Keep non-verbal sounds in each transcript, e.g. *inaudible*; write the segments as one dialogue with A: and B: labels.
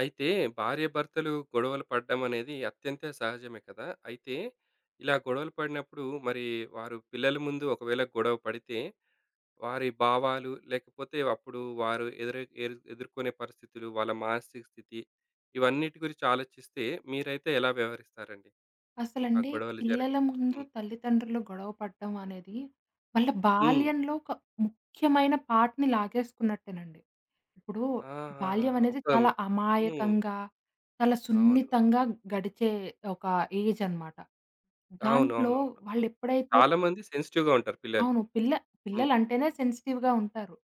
A: అయితే భార్యాభర్తలు గొడవలు పడడం అనేది అత్యంత సహజమే కదా! అయితే ఇలా గొడవలు పడినప్పుడు మరి వారు పిల్లల ముందు ఒకవేళ గొడవ పడితే వారి భావాలు లేకపోతే అప్పుడు వారు ఎదురు ఎరు ఎదుర్కొనే పరిస్థితులు, వాళ్ళ మానసిక స్థితి ఇవన్నిటి గురించి ఆలోచిస్తే మీరైతే ఎలా వ్యవహరిస్తారండి? ఆ
B: అసలండి,
A: గొడవలు జర.
B: పిల్లల ముందు
A: హ్మ్.
B: తల్లిదండ్రులు గొడవ పడడం అనేది వాళ్ళ
A: హ్మ్.
B: బాల్యంలో ఒక ముఖ్యమైన పార్ట్‌ని లాగేసుకున్నట్టేనండి. ఇప్పుడు
A: ఆహా!
B: బాల్యం అనేది
A: ఒక.
B: చాలా
A: హ్మ్.
B: అమాయకంగా, చాలా
A: అవును.
B: సున్నితంగా గడిచే ఒక ఏజ్ అన్నమాట. దాంట్లో
A: అవునవునవును.
B: వాళ్ళెప్పుడైతే
A: చాలామంది సెన్సిటివ్‌గా ఉంటారు పిల్లలు.
B: అవును.
A: హ్మ్.
B: పిల్లలంటేనే సెన్సిటివ్‌గా ఉంటారు.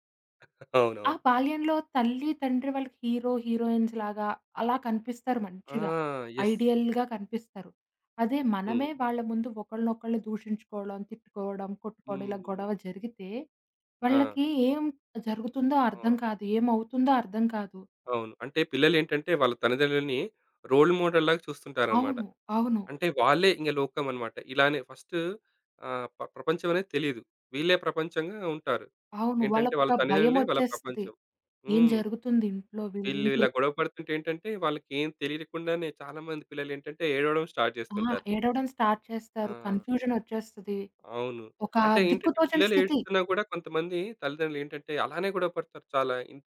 B: ఆ
A: అవునవును.
B: బాల్యంలో తల్లి, తండ్రి వాళ్ళకి హీరో, హీరోయిన్స్ లాగా అలా కనిపిస్తారు
A: ఆ!
B: మంచిగా.
A: యెస్.
B: ఐడియల్‌గా కనిపిస్తారు. అదే
A: హ్మ్.
B: మనమే వాళ్ళ ముందు ఒకళ్ళనొకళ్ళు దూషించుకోవడం, తిట్టుకోవడం, కొట్టుకోవడం ఇలా
A: హ్మ్.
B: గొడవ జరిగితే
A: ఆ!
B: వాళ్ళకి ఏం జరుగుతుందో అర్థం
A: అవును.
B: కాదు. ఏమవుతుందో అర్థం కాదు.
A: అవును. అంటే పిల్లలేంటంటే వాళ్ళ తల్లిదండ్రులని రోల్ మోడల్‌లాగా చూస్తుంటారనమాట.
B: అవును. అవును.
A: అంటే వాళ్ళే ఇంక లోకం అనమాట. ఇలానే ఫస్ట్, ఆహ్, ప ప్రపంచం అనేది తెలీదు. వీళ్ళే ప్రపంచంగా ఉంటారు.
B: అవును.
A: ఏంటంటే వాళ్ళ
B: వాళ్ళకొక
A: తల్లిదండ్రులే వాళ్ళ
B: భయమొచ్చేస్తది.
A: ప్రపంచం.
B: ఏం
A: హ్మ్.
B: జరుగుతుంది ఇంట్లో?
A: వీళ్ళు
B: వీళ్ళేంటి?
A: ఇలా గొడవ పడుతుంటే ఏంటంటే వాళ్ళకేం తెలియకుండానే చాలా మంది పిల్లలేంటంటే ఏడవడం స్టార్ట్
B: ఆ!
A: చేస్తుంటారు.
B: ఏడవడం స్టార్ట్
A: ఆ!
B: చేస్తారు. కన్‌ఫ్యూజనొచ్చేస్తది.
A: అవును.
B: ఒక
A: అంటే ఏంటంటే
B: దిక్కుతోచని
A: పిల్లలు
B: స్థితి.
A: ఏడుస్తున్నా గూడా కొంతమంది తల్లిదండ్రులేంటంటే అలానే గొడవ పడతారు చాలా.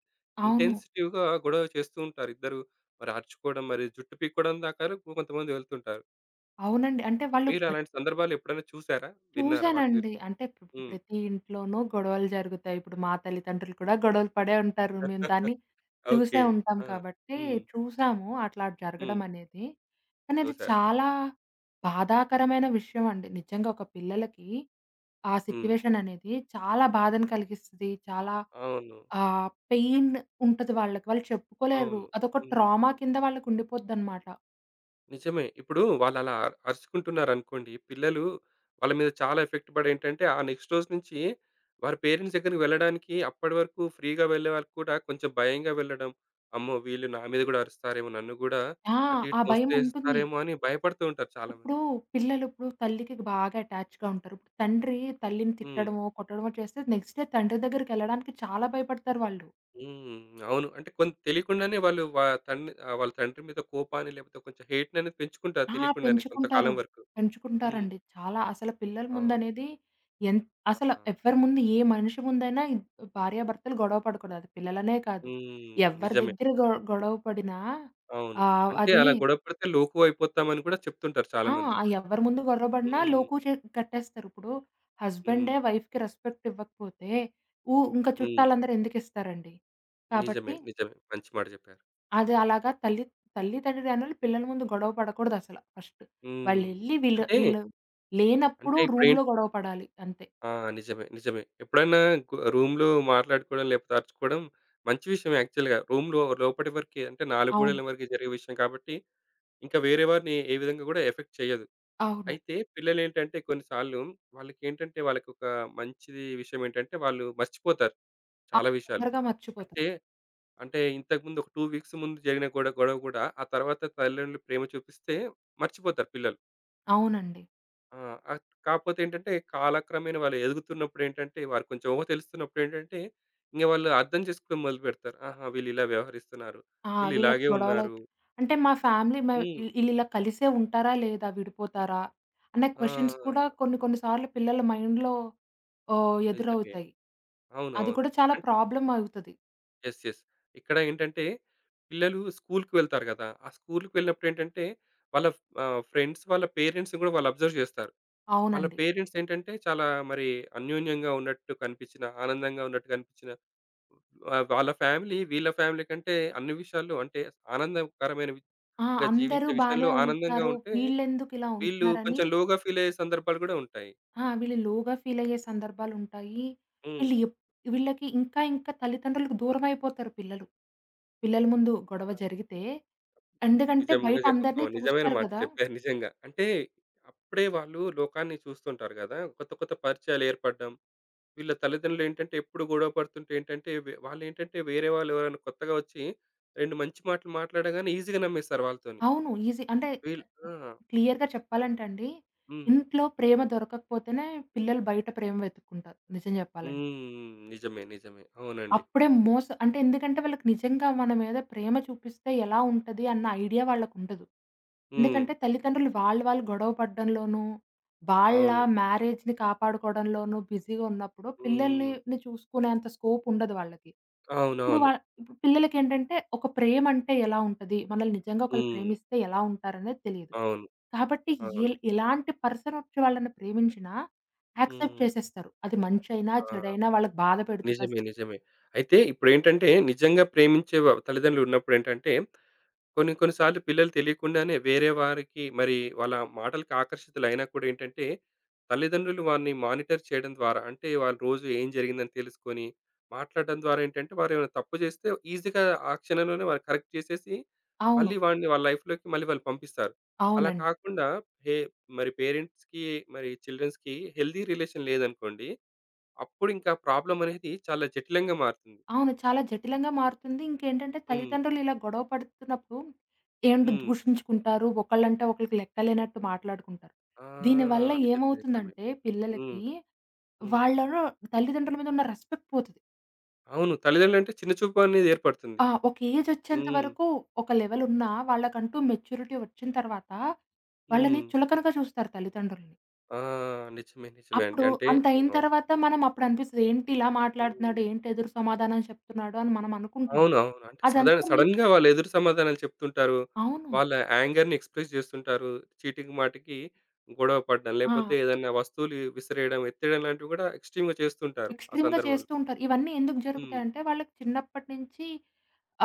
B: అవును.
A: ఇంటెన్సిటివ్‌గా గొడవ చేస్తూ ఉంటారు ఇద్దరు. మరి అరుచుకోవడం, మరి జుట్టు పీక్కోవడం దాకా కొంతమంది వెళ్తుంటారు.
B: అవునండి. అంటే వాళ్ళు
A: మీరు
B: గట్
A: అలాంటి సందర్భాలు ఎప్పుడైనా చూసారా? విన్నారా వాటి గురించి?
B: చూసానండి. అంటే ఇప్పుడు
A: హ్మ్.
B: ప్రతి ఇంట్లోనూ గొడవలు జరుగుతాయి. ఇప్పుడు మా తల్లిదండ్రులు కూడా గొడవలు పడే ఉంటారు. మేము
A: *laughs*
B: దాన్ని చూసే
A: ఓకే.
B: ఉంటాం
A: ఆ!
B: కాబట్టి
A: హ్మ్.
B: చూసాము అట్లా
A: హ్మ్.
B: జరగడం అనేది. కానీ అది
A: చూసారు.
B: చాలా బాధాకరమైన విషయం అండి. నిజంగా ఒక పిల్లలకి ఆ
A: హ్మ్.
B: సిట్యుయేషన్ అనేది చాలా బాధను కలిగిస్తది. చాలా
A: అవును.
B: పెయిన్ ఉంటది వాళ్ళకి. వాళ్ళు చెప్పుకోలేరు.
A: అవును.
B: అదొక
A: హ్మ్.
B: ట్రామా కింద వాళ్ళకి ఉండిపోద్దనమాట.
A: నిజమే. ఇప్పుడు వాళ్ళలా అరుచుకుంటున్నారనుకోండి, పిల్లలు వాళ్ళ మీద చాలా ఎఫెక్ట్ పడి ఏంటంటే, ఆ నెక్స్ట్ రోజు నుంచి వారి పేరెంట్స్ దగ్గరికి వెళ్ళడానికి అప్పటి వరకు ఫ్రీగా వెళ్ళే వాళ్ళకి కూడా కొంచెం భయంగా వెళ్ళడం. అమ్మో! వీళ్ళు నా మీద గూడా అరుస్తారేమో, నన్ను గూడా
B: ఆ!
A: అటు
B: ఆ
A: ఇటు
B: భయం ఉంటుంది.
A: తోసేస్తారేమో అని భయపడుతూ ఉంటారు
B: ఇప్పుడు
A: చాలామంది.
B: పిల్లలు ఇప్పుడు తల్లికి బాగా అటాచ్‌గా ఉంటారు. ఇప్పుడు తండ్రి తల్లిని
A: హ్మ్.
B: తిట్టడమో, కొట్టడమో చేస్తే నెక్స్ట్ డే తండ్రి దగ్గరికెళ్ళడానికి చాలా భయపడతారు వాళ్ళు.
A: హ్మ్. అవును. అంటే కొంత తెలియకుండానే వాళ్ళు వాళ్ళ తండ్రి మీద కోపాన్ని లేకపోతే కొంచెం హేట్‌ననేది పెంచుకుంటారు
B: ఆ!
A: తెలియకుండానే కొంతకాలం
B: పెంచుకుంటారు.
A: వరకు. హ్మ్.
B: పెంచుకుంటారండి. చాలా అసలు పిల్లల
A: అవును.
B: ముందనేది ఎన్ అసలు
A: ఆ!
B: ఎవ్వరి ముందు ఏ మనిషి ముందైనా భార్యాభర్తలు గొడవ పడకూడదు. అది పిల్లలనే కాదు.
A: హ్మ్.
B: ఎవరి
A: నిజమే.
B: దగ్గర గొడవ పడినా
A: అవును. అంటే
B: అది
A: అలా గొడవ పడితే లోకువ అయిపోతామని కూడా చెప్తుంటారు
B: ఆ!
A: చాలామంది.
B: ఆ ఎవరి ముందు గొడవబడినా
A: హ్మ్.
B: లోకువ చే కట్టేస్తారు. ఇప్పుడు
A: హ్మ్.
B: హస్బెండే వైఫ్‌కి రెస్పెక్ట్ ఇవ్వకపోతే ఇంక
A: హ్మ్.
B: చుట్టాలందరూ ఎందుకిస్తారండి? కాబట్టి
A: నిజమే. నిజమే. మంచి మాట చెప్పారు.
B: అది అలాగా తల్లిదండ్రులనేవాళ్ళు పిల్లల ముందు గొడవ పడకూడదసల ఫస్ట్.
A: హ్మ్.
B: వాళ్ళెళ్లి వీళ్ళు
A: అంటే,
B: వీళ్ళు
A: అంటే
B: లేనప్పుడు
A: ఇప్పుడేం.
B: రూమ్‌లో గొడవ పడాలి అంతే.
A: ఆ! నిజమే. నిజమే. ఎప్పుడైనా రూమ్‌లో మాట్లాడుకోవడం లేకపోతే అరుచుకోవడం మంచి విషయమే యాక్చువల్‌గా. రూమ్‌లో లోపటి వరకే అంటే నాలుగు
B: అవును.
A: గోడల వరకే జరిగే విషయం కాబట్టి ఇంకా వేరే వారిని ఏ విధంగా కూడా ఎఫెక్ట్ చేయదు.
B: అవును.
A: అయితే పిల్లలేంటంటే కొన్నిసార్లు వాళ్ళకేంటంటే వాళ్ళకొక మంచిది విషయం ఏంటంటే వాళ్ళు మర్చిపోతారు
B: ఆ!
A: చాలా విషయాలు.
B: తొందరగా మర్చిపోతారు.
A: అంటే అంటే ఇంతకుముందు ఒక 2 వీక్స్ ముందు జరిగిన గొడవ గూడా, ఆ తర్వాత తల్లిదండ్రులు ప్రేమ చూపిస్తే మర్చిపోతారు పిల్లలు.
B: అవునండి.
A: ఆ! కాకపోతే ఏంటంటే, కాలక్రమేణా వాళ్ళు ఎదుగుతున్నప్పుడేంటంటే, వారు కొంచెం ఊహ తెలుస్తున్నప్పుడేంటంటే, ఇంక వాళ్ళు అర్థం చేసుకోవడం మొదలుపెడతారు. ఆహా! వీళ్ళిలా వ్యవహరిస్తున్నారు.
B: ఆ!
A: వీళ్ళు
B: వీళ్ళకి
A: ఇలాగే ఉన్నారు.
B: గొడవలవుతాయి. అంటే మా ఫ్యామిలీ మే
A: హ్మ్.
B: ఈ ఈళ్ళిలా కలిసే ఉంటారా? లేదా? విడిపోతారా? అనే క్వెషన్స్ కూడా
A: ఆ!
B: కొన్ని కొన్ని సార్లు పిల్లల మైండ్‌లో
A: నిజమే.
B: ఎదురవుతాయి.
A: అవును.
B: అది
A: అవును.
B: కూడా చాలా
A: అన్
B: ప్రాబ్లమ్ అవుతది.
A: యెస్. యెస్. ఇక్కడ ఏంటంటే, పిల్లలు స్కూలుకి వెళ్తారు గదా! ఆ స్కూలుకి వెళ్ళినప్పుడేంటంటే, వాళ్ళ ఫ్రెండ్స్ వాళ్ళ పేరెంట్స్‌ని గూడా వాళ్ళు అబ్జర్వ్ జేస్తారు. వాళ్ళ
B: అవునండి.
A: పేరెంట్స్ ఏంటంటే చాలా మరి అన్యోన్యంగా ఉన్నట్టు కనిపించిన, ఆనందంగా ఉన్నట్టు కనిపించిన, వాళ్ళ ఫ్యామిలీ వీళ్ళ ఫ్యామిలీ కంటే అన్ని విషయాల్లో అంటే ఆనందకరమైన
B: ఆ!
A: విధంగా
B: అందరూ
A: జీవించే విషయంలో
B: బానే
A: ఆనందంగా
B: ఉంటున్నారు.
A: ఉంటే,
B: వీళ్ళెందుకిలా
A: వీళ్ళు
B: ఉంటున్నారని
A: కొంచెం లోగా ఫీల్ అయ్యే సందర్భాలు కూడా ఉంటాయి.
B: ఆ! వీళ్ళు లోగా ఫీలయ్యే సందర్భాలుంటాయి.
A: హ్మ్.
B: వీళ్ళు ఎప్ వీళ్ళకి ఇంకా ఇంకా తల్లిదండ్రులకు దూరమైపోతారు పిల్లలు. పిల్లల ముందు
A: ఆ!
B: గొడవ జరిగితే. ఎందుకంటే
A: నిజంగా
B: బయట
A: ఒక
B: అందరిని
A: నిజమైన
B: చూస్తారు
A: మాట
B: కదా!
A: చెప్పారు నిజంగా. అంటే అప్పుడే వాళ్ళు లోకాన్ని చూస్తుంటారు కదా! కొత్త కొత్త పరిచయాలు ఏర్పడడం, వీళ్ళ తల్లిదండ్రులేంటంటే ఎప్పుడు గొడవ పడుతుంటే ఏంటంటే వాళ్ళేంటంటే వేరే వాళ్ళు ఎవరైనా కొత్తగా వచ్చి రెండు మంచి మాటలు మాట్లాడగానే ఈజీగా నమ్మేస్తారు వాళ్ళతోని.
B: అవును. ఈజీ. అంటే
A: వీళ్ళు ఆ!
B: క్లియర్‌గా చెప్పాలంటే అండి,
A: హ్మ్.
B: ఇంట్లో ప్రేమ దొరకకపోతేనే పిల్లలు బయట ప్రేమ వెతుక్కుంటారు నిజం చెప్పాలంటే.
A: హ్మ్. నిజమే. నిజమే. అవునండి.
B: అప్పుడే మోస అంటే ఎందుకంటే వాళ్ళకి నిజంగా మన మీద ప్రేమ చూపిస్తే ఎలా ఉంటది అన్న ఐడియా వాళ్ళకుండదు.
A: హ్మ్.
B: ఎందుకంటే తల్లిదండ్రులు వాళ్ళు వాళ్ళు గొడవ పడడంలోనూ, వాళ్ళ
A: అవును.
B: మ్యారేజ్‌ని కాపాడుకోవడంలోనూ బిజీగా ఉన్నప్పుడు
A: హ్మ్.
B: పిల్లల్ని చూసుకునేంత స్కోప్ ఉండదు వాళ్ళకి. ఇప్పుడు
A: అవునవును.
B: వా ఇప్పుడు పిల్లలకేంటంటే ఒక ప్రేమ అంటే ఎలా ఉంటది? మనల్ని నిజంగా ఒకళ్ళు
A: హ్మ్.
B: ప్రేమిస్తే ఎలా ఉంటారనేది తెలీదు.
A: అవును.
B: కాబట్టి
A: అవును.
B: ఎలాంటి పర్సన్ వచ్చి వాళ్ళని ప్రేమించినా యాక్సెప్ట్
A: హ్మ్.
B: చేసేస్తారు. అది మంచైనా, చెడైనా
A: ఆ!
B: వాళ్ళకి బాధ పెడుతున్నా
A: నిజమే.
B: సరే.
A: నిజమే. అయితే ఇప్పుడేంటంటే నిజంగా ప్రేమించే తల్లిదండ్రులున్నప్పుడేంటంటే కొన్ని కొన్ని సార్లు పిల్లలు తెలియకుండానే వేరే వారికి మరి వాళ్ళ మాటలకి ఆకర్షితులైనా కూడా ఏంటంటే, తల్లిదండ్రులు వారిని మానిటర్ చేయడం ద్వారా అంటే, వాళ్ళు రోజు ఏం జరిగిందని తెలుసుకొని, మాట్లాడడం ద్వారా ఏంటంటే, వారేమైనా తప్పు చేస్తే ఈజీగా ఆ క్షణంలోనే వాళ్ళు కరెక్ట్ చేసేసి,
B: అవును.
A: మళ్ళీ వాడిని వాళ్ళ లైఫ్‌లోకి మళ్ళీ వాళ్ళు పంపిస్తారు. అలా
B: అవునండి.
A: కాకుండా హే మరి పేరెంట్స్‌కి, మరి చిల్డ్రన్స్‌కి హెల్తీ రిలేషన్ లేదనుకోండి, అప్పుడు ఇంకా ప్రాబ్లమ్ అనేది చాలా జటిలంగా మారుతుంది.
B: అవును. చాలా జటిలంగా మారుతుంది. ఇంకేంటంటే
A: హ్మ్.
B: తల్లిదండ్రులు ఇలా గొడవ పడుతున్నప్పుడు ఏంటి
A: హ్మ్.
B: దూషించుకుంటారు. ఒకళ్ళంటే ఒకళ్ళకి లెక్కలేనట్టు మాట్లాడుకుంటారు.
A: ఆ!
B: దీనివల్ల
A: నిజమే. నిజమే.
B: ఏమవుతుందంటే
A: హ్మ్.
B: పిల్లలకి
A: హ్మ్.
B: వాళ్ళలో తల్లిదండ్రుల మీద ఉన్న రెస్పెక్ట్ పోతది.
A: అవును. తల్లిదండ్రులంటే చిన్న చూపు అనేది ఏర్పడుతుంది.
B: ఆ! ఒక ఏజొచ్చేంత
A: హ్మ్.
B: వరకు ఒక లెవెలున్నా వాళ్ళకంటూ మెచ్యూరిటీ వచ్చిన తర్వాత వాళ్ళని
A: హ్మ్.
B: చులకనగా చూస్తారు తల్లిదండ్రులని.
A: ఆ! నిజమే. నిజమే అండి.
B: అప్పుడు
A: అంటే
B: అంత అయిన
A: అవునవును.
B: తర్వాత మనం అప్పుడు అనిపిస్తది. ఏంటి ఇలా
A: హ్మ్.
B: మాట్లాడుతున్నాడు? ఏంటి ఎదురు సమాధానం చెప్తున్నాడు? అని మనం అనుకుంటాం.
A: అవునవును. అంటే సడన్
B: అదంతా మీ
A: సడెన్‌గా వాళ్ళు ఎదురు సమాధానాలు చెప్తుంటారు.
B: అవును.
A: వాళ్ళ యాంగర్‌ని ఎక్స్‌ప్రెస్ చేస్తుంటారు. చీటికి మాటికి గొడవ పడడం, లేకపోతే
B: ఆ!
A: ఏదైనా వస్తువులు విసిరేయడం, ఎత్తేయడం లాంటివి కూడా ఎక్స్‌ట్రీమ్‌గా చేస్తుంటారు ఆ
B: ఎక్స్‌ట్రీమ్‌గా
A: సందర్భంలో.
B: చేస్తూ ఉంటారు. ఇవన్నీ ఎందుకు
A: హ్మ్.
B: జరుగుతాయంటే, వాళ్ళకి చిన్నప్పటి నుంచి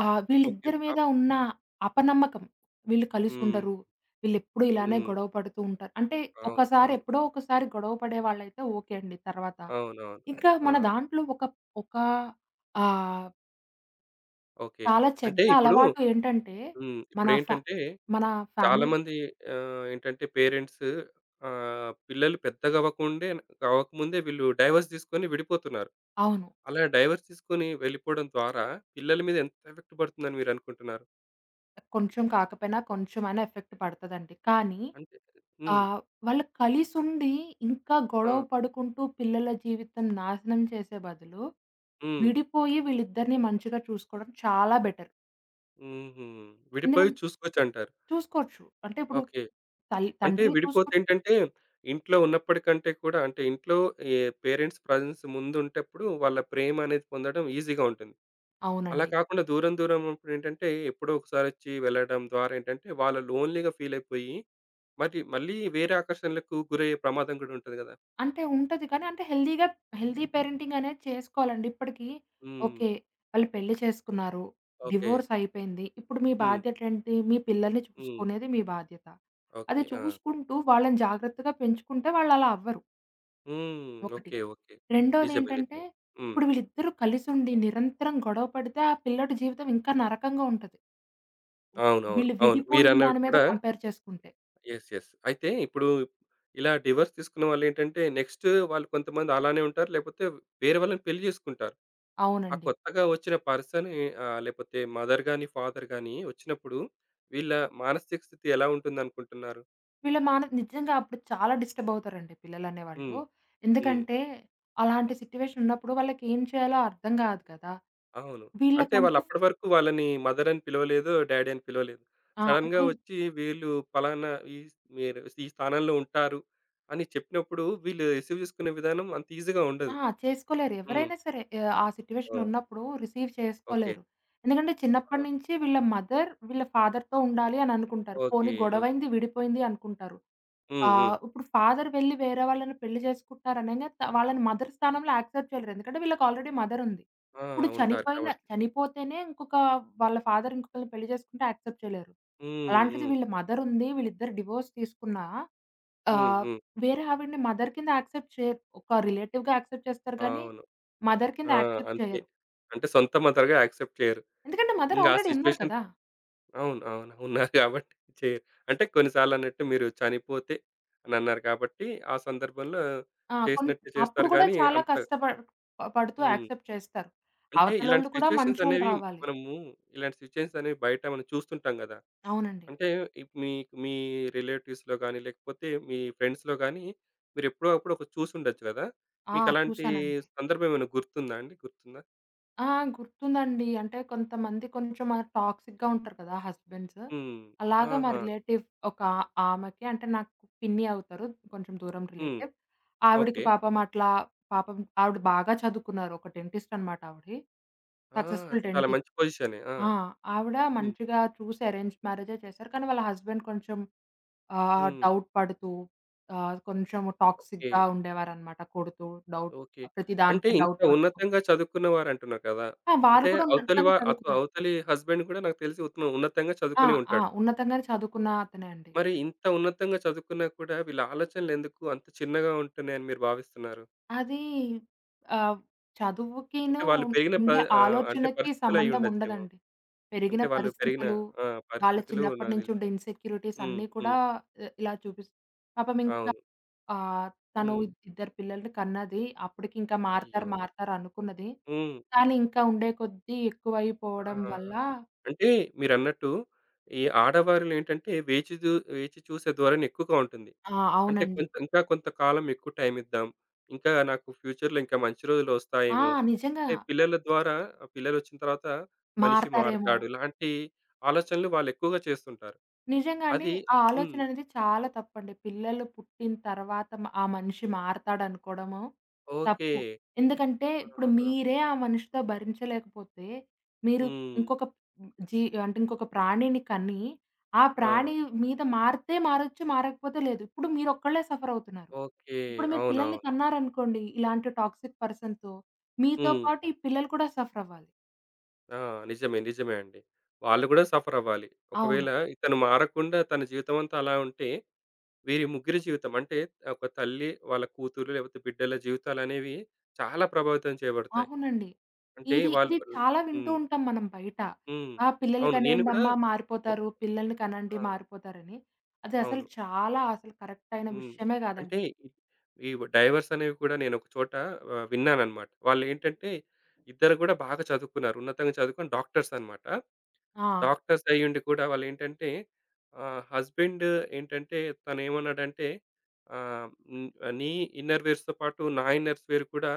A: ఓకే.
B: వీళ్ళిద్దరి మీద ఉన్న అపనమ్మకం. వీళ్ళు
A: హ్మ్.
B: కలిసుండరు. వీళ్ళెప్పుడూ ఇలానే
A: హ్మ్.
B: గొడవ పడుతూ ఉంటారు. అంటే
A: అవును.
B: ఒకసారి
A: అవును.
B: ఎప్పుడో ఒకసారి గొడవ పడే వాళ్ళైతే ఓకే అండి తర్వాత.
A: అవునవును.
B: ఇంకా
A: ఆ!
B: మన దాంట్లో ఒక ఒక ఆహ్,
A: ఓకే.
B: చాలా
A: అంటే
B: చెడ్డ
A: ఇప్పుడు.
B: అలవాటు ఏంటంటే,
A: హ్మ్.
B: మన ఫ
A: ఇప్పుడేంటంటే
B: మన ఫ్యామిలీ
A: చాలామంది ఏంటంటే పేరెంట్స్ పిల్లలు పెద్దగా అవ్వకుండే అవ్వకముందే వీళ్ళు డైవర్స్ తీసుకొని విడిపోతున్నారు.
B: అవును.
A: అలా డైవర్స్ తీసుకొని వెళ్ళిపోవడం ద్వారా పిల్లల మీద ఎంత ఎఫెక్ట్ పడుతుందని మీరనుకుంటున్నారు?
B: కొంచెం కాకపోయినా కొంచెమైనా ఎఫెక్ట్ పడతదండి. కానీ
A: అంటే.
B: ఆ!
A: హ్మ్.
B: వాళ్ళు కలిసుండి, ఇంకా
A: ఆ!
B: గొడవ పడుకుంటూ పిల్లల జీవితం నాశనం చేసే బదులు,
A: హ్మ్.
B: విడిపోయి వీళ్ళిద్దరిని మంచిగా చూసుకోవడం చాలా బెటర్.
A: హుహు. విడిపోయి
B: ఎందుకంటే
A: చూసుకోవచ్చంటారు.
B: చూసుకోవచ్చు. అంటే ఇప్పుడు
A: ఓకే. అంటే
B: తండ్రి చూసుకో
A: విడిపోతే ఏంటంటే ఇంట్లో ఉన్నప్పటికంటే కూడా అంటే ఇంట్లో ఏ పేరెంట్స్ ప్రెజెన్స్ ముందుంటప్పుడు వాళ్ళ ప్రేమ అనేది పొందడం ఈజీగా ఉంటుంది. అలా
B: అవునండి.
A: కాకుండా దూరం దూరం ఉన్నప్పుడేంటంటే, ఎప్పుడో ఒకసారి వచ్చి వెళ్ళడం ద్వారా ఏంటంటే, వాళ్ళు లోన్‌లీగా ఫీల్ అయిపోయి, మరి మళ్ళీ వేరే ఆకర్షణలకు గురయ్యే ప్రమాదం గూడా ఉంటది గదా!
B: అంటే ఉంటది కానీ అంటే హెల్తీగా హెల్తీ పేరెంటింగ్ అనేది చేసుకోవాలండి. ఇప్పటికి
A: హ్మ్.
B: ఓకే. వాళ్ళు పెళ్లి చేసుకున్నారు.
A: ఓకే.
B: డివోర్స్ అయిపోయింది. ఇప్పుడు మీ
A: హ్మ్.
B: బాధ్యతేంటి? మీ పిల్లల్ని
A: హ్మ్.
B: చూసుకునేది మీ బాధ్యత. అది
A: ఓకే. ఆ!
B: చూసుకుంటూ వాళ్ళని జాగ్రత్తగా పెంచుకుంటే వాళ్ళలా అవ్వరు.
A: హ్మ్.
B: ఒకటి.
A: ఓకే. ఓకే. నిజమే.
B: రెండోదేంటంటే,
A: నిజమే. హ్మ్.
B: ఇప్పుడు వీళ్ళిద్దరూ కలిసుండి నిరంతరం గొడవ పడితే, ఆ పిల్లోడి జీవితం ఇంకా నరకంగా ఉంటది.
A: అవునవును.
B: వీళ్ళు
A: అవును.
B: విడిపోయిన
A: మీరన్నట్టు
B: దాని మీద
A: కూడా
B: కంపేర్ చేసుకుంటే.
A: యెస్. యెస్. అయితే ఇప్పుడు ఇలా డివోర్స్ తీసుకున్న వాళ్ళేంటంటే, నెక్స్ట్ వాళ్ళు కొంతమంది అలానే ఉంటారు. లేకపోతే వేరే వాళ్ళని పెళ్లి జేసుకుంటారు. ఆ
B: అవునండి.
A: కొత్తగా వచ్చిన పర్సన్ లేపోతే మదర్ గాని, ఫాదర్ గాని వచ్చినప్పుడు వీళ్ళ మానసిక స్థితి ఎలా ఉంటుందనుకుంటున్నారు?
B: వీళ్ళ మాన నిజంగా అప్పుడు చాలా డిస్టర్బ్ అవుతారండి పిల్లలనేవాళ్ళు.
A: హ్మ్. హ్మ్.
B: ఎందుకంటే, అలాంటి సిట్యుయేషన్ ఉన్నప్పుడు వాళ్ళకేం చేయాలో అర్థం కాదు కదా!
A: అవును. అంటే
B: వీళ్ళకంటూ
A: వాళ్ళప్పటి వరకు వాళ్ళని మదర్ అని పిలవలేదు, డ్యాడీ అని పిలవలేదు.
B: ఆ!
A: సడెన్‌గా
B: ఇప్పుడు
A: వచ్చి వీళ్ళు పలానా ఈ మీరు ఈ స్థానంలో ఉంటారు అని చెప్పినప్పుడు వీళ్ళు రిసీవ్ చేసుకునే విధానం అంత ఈజీగా ఉండదు.
B: ఆ! చేసుకోలేరు.
A: హ్మ్.
B: ఎవరైనా సరే ఆ
A: ఆ!
B: సిట్యుయేషన్ ఉన్నప్పుడు రిసీవ్
A: ఓకే.
B: చేసుకోలేరు. ఎందుకంటే
A: ఆ!
B: చిన్నప్పటి నుంచి వీళ్ళ మదర్, వీళ్ళ ఫాదర్‌తో ఉండాలి అని అనుకుంటారు. పోనీ
A: ఓకే. ఓకే.
B: గొడవైంది, విడిపోయింది అనుకుంటారు.
A: హ్మ్. హ్మ్.
B: ఇప్పుడు ఫాదర్ వెళ్లి వేరే వాళ్ళని పెళ్లి చేసుకుంటున్నారు అనంగానే వాళ్ళని మదర్ స్థానంలో యాక్సెప్ట్ చేయలేరు. ఎందుకంటే వీళ్ళకి ఆల్రెడీ మదర్ ఉంది.
A: ఆ!
B: ఇప్పుడు
A: ఉంటారు కాబట్టి.
B: చనిపోతేనే ఇంకొక వాళ్ళ ఫాదర్ ఇంకొకళ్ళని పెళ్లి చేసుకుంటే యాక్సెప్ట్ చేయలేరు.
A: హ్మ్.
B: అలాంటిది
A: హ్మ్.
B: వీళ్ళ మదర్ ఉంది. వీళ్ళిద్దరు డివోర్స్ తీసుకున్నా
A: హ్మ్.
B: ఆహ్,
A: హ్మ్.
B: వేరే ఆవిడని మదర్ కింద యాక్సెప్ట్ చేయరు. ఒక రిలేటివ్‌గా యాక్సెప్ట్ చేస్తారు గానీ,
A: అవును.
B: మదర్ కింద
A: ఆ!
B: యాక్సెప్ట్
A: అంతే.
B: చేయరు.
A: అంటే సొంత మదర్‌గా యాక్సెప్ట్ చేయరు.
B: ఎందుకంటే మదర్
A: ఇంగ ఆ
B: ఆల్రెడీ ఉన్నారు
A: సిట్యుయేషన్
B: కదా!
A: అవును. అవును. ఉన్నారు కాబట్టి చేయరు. అంటే కొన్ని సార్లన్నట్టు మీరు చనిపోతే అనన్నారు కాబట్టి, ఆ సందర్భంలో
B: ఆ! కొన్
A: చేసినట్టు
B: అప్పుడు
A: చేస్తారు
B: గూడా
A: గానీ
B: చాలా
A: అంత.
B: కష్టపడ్ పడుతూ
A: హ్మ్.
B: యాక్సెప్ట్ చేస్తారు.
A: అంటే ఇలాంటి
B: అవతలోళ్ళు కూడా
A: సిట్యుయేషన్స్
B: మంచోళ్ళు
A: అనేవి
B: రావాలి.
A: మనము ఇలాంటి సిట్యుయేషన్స్ అనేవి బయట మనం చూస్తుంటాం గదా!
B: అవునండి.
A: అంటే ఇప్ మీ మీ రిలేటివ్స్‌లో గానీ, లేకపోతే మీ ఫ్రెండ్స్‌లో గానీ, మీరెప్పుడో అప్పుడు ఒకటి చూసుండొచ్చు గదా!
B: ఆ!
A: మీకలాంటి
B: చూసానండి.
A: సందర్భం ఏమైనా గుర్తుందా అండి? గుర్తుందా?
B: ఆ! గుర్తుందండి. అంటే కొంతమంది కొంచెం ఆ టాక్సిక్‌గా ఉంటారు కదా! హస్బెండ్స్.
A: హ్మ్.
B: అలాగా మా
A: ఆహా!
B: రిలేటివ్ ఒక ఆమెకి అంటే నాకు పిన్ని అవుతారు. కొంచెం దూరం
A: హ్మ్.
B: రిలేటివ్. ఆవిడకి
A: ఓకే.
B: పాపం అట్లా పాపం ఆవిడ బాగా చదువుకున్నారు. ఒక డెంటిస్ట్ అనమాట ఆవిడ.
A: ఆ!
B: సక్సెస్‌ఫుల్
A: చాలా
B: డెంటిస్ట్.
A: మంచి పొజిషనే. ఆ!
B: ఆ! ఆవిడ
A: హ్మ్.
B: మంచిగా చూసి అరేంజ్ మ్యారేజే చేశారు. కానీ వాళ్ళ హస్బెండ్ కొంచెం
A: హ్మ్.
B: డౌట్ పడుతూ కొంచెం
A: ఓకే.
B: టాక్సిక్‌గా ఉండేవారనమాట. కొడుతూ డౌట్
A: ఓకే.
B: ప్రతి
A: అంటే
B: దానికి
A: ఇంత
B: డౌట్ పడుతూ.
A: ఉన్నతంగా చదువుకున్న వారంటున్నారు కదా!
B: ఆ! వాళ్ళు
A: అంటే
B: కూడా
A: అవతలి
B: ఉన్నతంగా
A: వా అత
B: చదువుకున్నారు.
A: అవతలి హస్బెండ్ కూడా నాకు తెలిసి ఉన్నతంగా
B: ఆ!
A: చదువుకునే
B: ఆ!
A: ఉంటాడు.
B: ఉన్నతంగానే చదువుకున్న అతనే అండి.
A: మరి ఇంత ఉన్నతంగా చదువుకున్నా కూడా వీళ్ళ ఆలోచనలెందుకు అంత చిన్నగా ఉంటున్నాయని మీరు భావిస్తున్నారు?
B: అది ఆహ్,
A: అంటే
B: చదువుకిను
A: వాళ్ళు పెరిగిన ప
B: ఉండే
A: ఆహ్, అంటే
B: ఆలోచనకి
A: పరిస్థితులు
B: సంబంధం
A: అయ్యుండొచ్చేమో.
B: ఉండదండి. పెరిగిన
A: అంటే వాళ్ళు పెరిగిన.
B: పరిస్థితులు,
A: ఆ!
B: వాళ్ళ
A: పరిస్థితులు
B: చిన్నప్పటి
A: నాకు
B: నుంచి
A: తెలిసి.
B: ఉండే ఇన్‌సెక్యూరిటీస్
A: హ్మ్.
B: అన్నీ కూడా
A: హ్మ్.
B: ఇ ఇలా చూపిస్ పాపం ఇంకా
A: అవును.
B: ఆహ్, తను
A: హ్మ్.
B: ఇద్దరు పిల్లల్ని కన్నది. అప్పటికి ఇంకా మారతారు,
A: అయ్యో!
B: మారతారు అనుకున్నది.
A: హ్మ్.
B: కానీ ఇంకా ఉండే కొద్దీ
A: ఆ!
B: ఎక్కువైపోవడం వల్ల
A: అంటే మీరన్నట్టు ఈ ఆడవారిలో ఏంటంటే వేచి చూసే ధోరణి ఎక్కువగా ఉంటుంది.
B: ఆ!
A: అంటే
B: అవునండి.
A: కొంత ఇంకా కొంతకాలం ఎక్కువ టైం ఇద్దాం. ఇంకా నాకు ఫ్యూచర్‌లో ఇంకా మంచి రోజులు
B: ఆ!
A: వస్తాయేమో!
B: నిజంగా
A: అంటే పిల్లల ద్వారా పిల్లలొచ్చిన తర్వాత మనిషి
B: మారతారేమో!
A: మారతాడు. ఇలాంటి ఆలోచనలు వాళ్ళు ఎక్కువగా చేస్తుంటారు.
B: నిజంగా అండి.
A: అది.
B: ఆ
A: హ్మ్.
B: ఆలోచన అనేది చాలా తప్పండి. పిల్లలు పుట్టిన తర్వాత ఆ మనిషి మారతాడనుకోవడము
A: ఓకే.
B: తప్పు. ఎందుకంటే ఇప్పుడు
A: ఆహా!
B: మీరే ఆ మనిషితో భరించలేకపోతే, మీరు
A: హ్మ్.
B: ఇంకొక జీ అంటే ఇంకొక ప్రాణిని కని, ఆ
A: ఆ!
B: ప్రాణి మీద మారితే మారొచ్చు, మారకపోతే లేదు. ఇప్పుడు మీరొక్కళ్ళే సఫర్ అవుతున్నారు.
A: ఓకే.
B: ఇప్పుడు మీరు
A: అవునవును.
B: పిల్లల్ని కన్నారనుకోండి, ఇలాంటి టాక్సిక్ పర్సన్‌తో మీతో
A: హ్మ్.
B: పాటు ఈ పిల్లలు కూడా సఫర్ అవ్వాలి.
A: ఆ! నిజమే. నిజమే అండి. వాళ్ళు గూడా సఫర్ అవ్వాలి. ఒకవేళ
B: అవును.
A: ఇతను మారకుండా తన జీవితం అంతా అలా ఉంటే వీరి ముగ్గురి జీవితం అంటే ఒక తల్లి, వాళ్ళ కూతురు లేకపోతే బిడ్డల జీవితాలనేవి చాలా ప్రభావితం చేయబడతాయి.
B: అవునండి.
A: అంటే
B: ఇది,
A: వాళ్ళు.
B: ఇది చాలా వింటూ
A: హ్మ్.
B: ఉంటాం మనం బయట.
A: హ్మ్.
B: ఆ! పిల్లలు
A: అవును. నేను గూడా
B: కనేయండమ్మా
A: ఒక్
B: మారిపోతారు. పిల్లల్ని కనండి
A: ఆ!
B: మారిపోతారని. అది అసలు
A: అవును.
B: చాలా అసలు కరెక్ట్ అయిన
A: హ్మ్.
B: విషయమే
A: అంటే
B: కాదండి.
A: ఈ ఈ డైవర్స్ అనేవి కూడా నేను ఒక చోట విన్నానన్నమాట. వాళ్ళేంటంటే ఇద్దరు గూడా బాగా చదువుకున్నారు. ఉన్నతంగా చదువుకొని డాక్టర్స్ అన్నమాట.
B: ఆ!
A: డాక్టర్స్ అయ్యుండి కూడా వాళ్ళేంటంటే హస్బెండ్ ఏంటంటే తనేమన్నాడంటే ఆహ్, హ్మ్. నీ ఇన్నర్ వేర్స్‌తో పాటు నా ఇన్నర్స్ వేర్ కూడా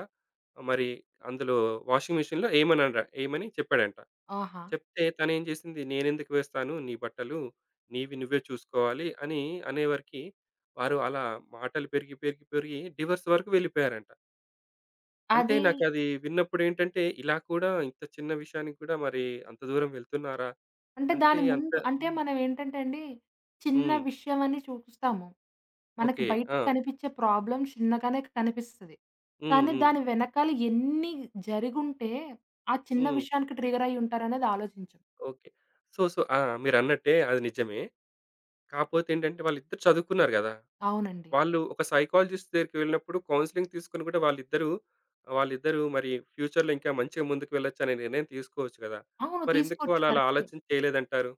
A: మరి అందులో వాషింగ్ మెషిన్‌లో ఏయమని చెప్పాడంట.
B: ఆహా!
A: చెప్తే తనేం చేసింది నేనెందుకు వేస్తాను నీ బట్టలు, నీవి నువ్వే చూసుకోవాలి అని అనేవరకి వారు అలా మాటలు పెరిగి, పెరిగి, పెరిగి, డివోర్స్ వరకు వెళ్ళిపోయారంట. అంటే
B: అది
A: నాకది విన్నప్పుడేంటంటే ఇలా కూడా ఇంత చిన్న విషయానికి కూడా మరి అంత దూరం వెళ్తున్నారా?
B: అంటే
A: అంటే
B: దాని
A: అంత.
B: ముందు అంటే
A: హ్మ్.
B: మనం ఏంటంటే అండి, చిన్న
A: హ్మ్.
B: విషయం అని చూస్తాము. మనకి
A: ఓకే. ఆ!
B: బయటకి కనిపించే ప్రాబ్లమ్ చిన్నగానే కనిపిస్తది.
A: హ్మ్.
B: కానీ
A: హ్మ్.
B: దాని వెనకాల ఎన్ని జరిగుంటే, ఆ చిన్న
A: హ్మ్.
B: విషయానికి ట్రిగ్గర్ అయ్యి ఉంటారనేది ఆలోచించం.
A: ఓకే. సో, ఆ! మీరన్నట్టే అది నిజమే. కాపోతే ఏంటంటే వాళ్ళిద్దరూ చదువుకున్నారు గదా!
B: అవునండి.
A: వాళ్ళు ఒక సైకాలజిస్ట్ దగ్గరికి వెళ్ళినప్పుడు కౌన్సెలింగ్ తీసుకొని గూడా వాళ్ళిద్దరూ వాళ్ళిద్దరూ మరి ఫ్యూచర్‌లో ఇంకా మంచిగా ముందుకు వెళ్ళొచ్చనే నిర్ణయం తీసుకోవచ్చు గదా!
B: అవును.
A: మరెందుకు
B: తీసుకోవచ్చు.
A: వాళ్ళు అలా
B: కరెక్టే.
A: ఆలోచన చేయలేదంటారు?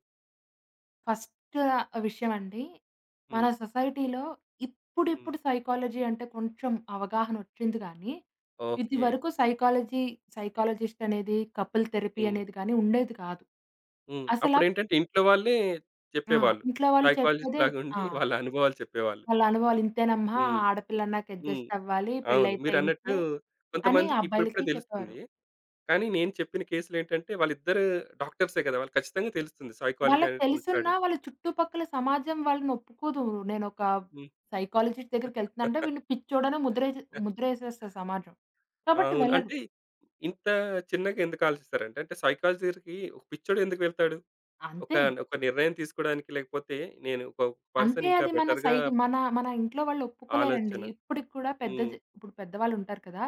B: ఫస్ట్ విషయమండి. మన
A: హ్మ్.
B: సొసైటీలో
A: హ్మ్.
B: ఇప్పుడిప్పుడు సైకాలజీ అంటే కొంచెం అవగాహనొచ్చింది గానీ,
A: ఓకే.
B: ఇదివరకు సైకాలజీ సైకాలజిస్ట్ అనేది, కపుల్ థెరపీ
A: హ్మ్.
B: అనేది గానీ ఉండేది కాదు.
A: హ్మ్.
B: అసలా
A: అప్పుడేంటంటే ఇంట్లో వాళ్ళే
B: ఆ!
A: చెప్పేవాళ్ళు.
B: ఇంట్లో వాళ్ళు
A: సైకాలజిస్ట్
B: చెప్పేదే ఆ!
A: లాగుండి వాళ్ళ అనుభవాలు చెప్పేవాళ్ళు.
B: వాళ్ళ అనుభవాలు ఇంతేనమ్మా!
A: హ్మ్.
B: ఆడపిల్లన్నాక
A: హ్మ్.
B: అడ్జస్ట్ అవ్వాలి.
A: అవును.
B: పెళ్లయితే
A: మీరన్నట్టు
B: ఇంతే అని
A: కొంతమందికి ఇప్పుడిప్పుడే
B: అబ్బాయిలకి చెప్పేవారు.
A: తెలుస్తుంది. కానీ నేను చెప్పిన కేసులేంటంటే వాళ్ళిద్దరూ డాక్టర్సే కదా! వాళ్ళకి ఖచ్చితంగా తెలుస్తుంది సైకాలజీ
B: వాళ్ళకి
A: అనేది ఉంటాడు.
B: తెలుసున్నా వాళ్ళ చుట్టుపక్కల సమాజం వాళ్ళని ఒప్పుకోదు. నేనొక
A: హ్మ్.
B: సైకాలజిస్ట్ దగ్గరికెళ్తున్నానంటే వీడిని పిచ్చోడనే ముద్రేసేస్తది సమాజం. కాబట్టి
A: అవును.
B: వెళ్ళరు.
A: అంటే ఇంత చిన్నగా ఎందుకు ఆలోచిస్తారంటే అంటే సైకాలజీ దగ్గరికి ఒక పిచ్చోడు ఎందుకు వెళ్తాడు? ఒక
B: అంతే.
A: ఒక నిర్ణయం తీసుకోవడానికి లేకపోతే నేను ఒక
B: అంటే
A: పర్సన్ ఇంకా
B: అది మన సై
A: బెటర్‌గా
B: మన మన ఇంట్లో వాళ్ళు ఒప్పుకోలేరండి.
A: ఆలోచన.
B: ఇప్పటికి కూడా పెద్ద జ
A: హ్మ్.
B: ఇప్పుడు పెద్దవాళ్ళుంటారు కదా!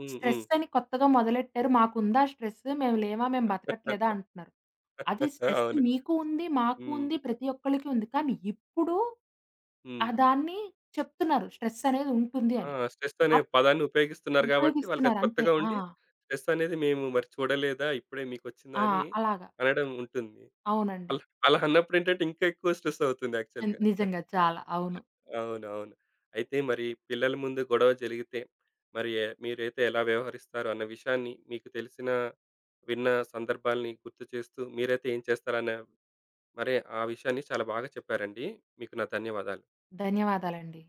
A: హ్మ్. హ్మ్.
B: స్ట్రెస్ అని కొత్తగా మొదలెట్టారు. మాకుందా స్ట్రెస్? మేము లేమా? మేము బతకట్లేదా?
A: *laughs*
B: అంటున్నారు. అది స్ట్రెస్
A: అవును.
B: మీకు ఉంది, మాకు
A: హ్మ్.
B: ఉంది, ప్రతి ఒక్కళ్ళకి ఉంది. కానీ ఇప్పుడు ఆ
A: హ్మ్.
B: దాన్ని చెప్తున్నారు. స్ట్రెస్ అనేది ఉంటుంది
A: ఆ!
B: అని.
A: స్ట్రెస్ అనే పదాన్ని ఉపయోగిస్తున్నారు కాబట్టి వాళ్ళకది
B: ఉపయోగిస్తున్నారు అంతే.
A: కొత్తగా
B: ఆ!
A: ఉండి, స్ట్రెస్ అనేది మేము మరి చూడలేదా? ఇప్పుడే మీకొచ్చిందా?
B: ఆ!
A: అని
B: అలాగా.
A: అనడం ఉంటుంది.
B: అవునండి.
A: అలా అలా అన్నప్పుడేంటంటే ఇంకా ఎక్కువ స్ట్రెస్ అవుతుంది యాక్చువల్‌గా.
B: నిజంగా చాలా. అవును.
A: అవునవును. అయితే మరి పిల్లల ముందు గొడవ జరిగితే, మరి మీరైతే ఎలా వ్యవహరిస్తారు అన్న విషయాన్ని మీకు తెలిసిన, విన్న సందర్భాల్ని గుర్తు చేస్తూ మీరైతే ఏం చేస్తారన్న మరి ఆ విషయాన్ని చాలా బాగా చెప్పారండి. మీకు నా ధన్యవాదాలు.
B: ధన్యవాదాలండి.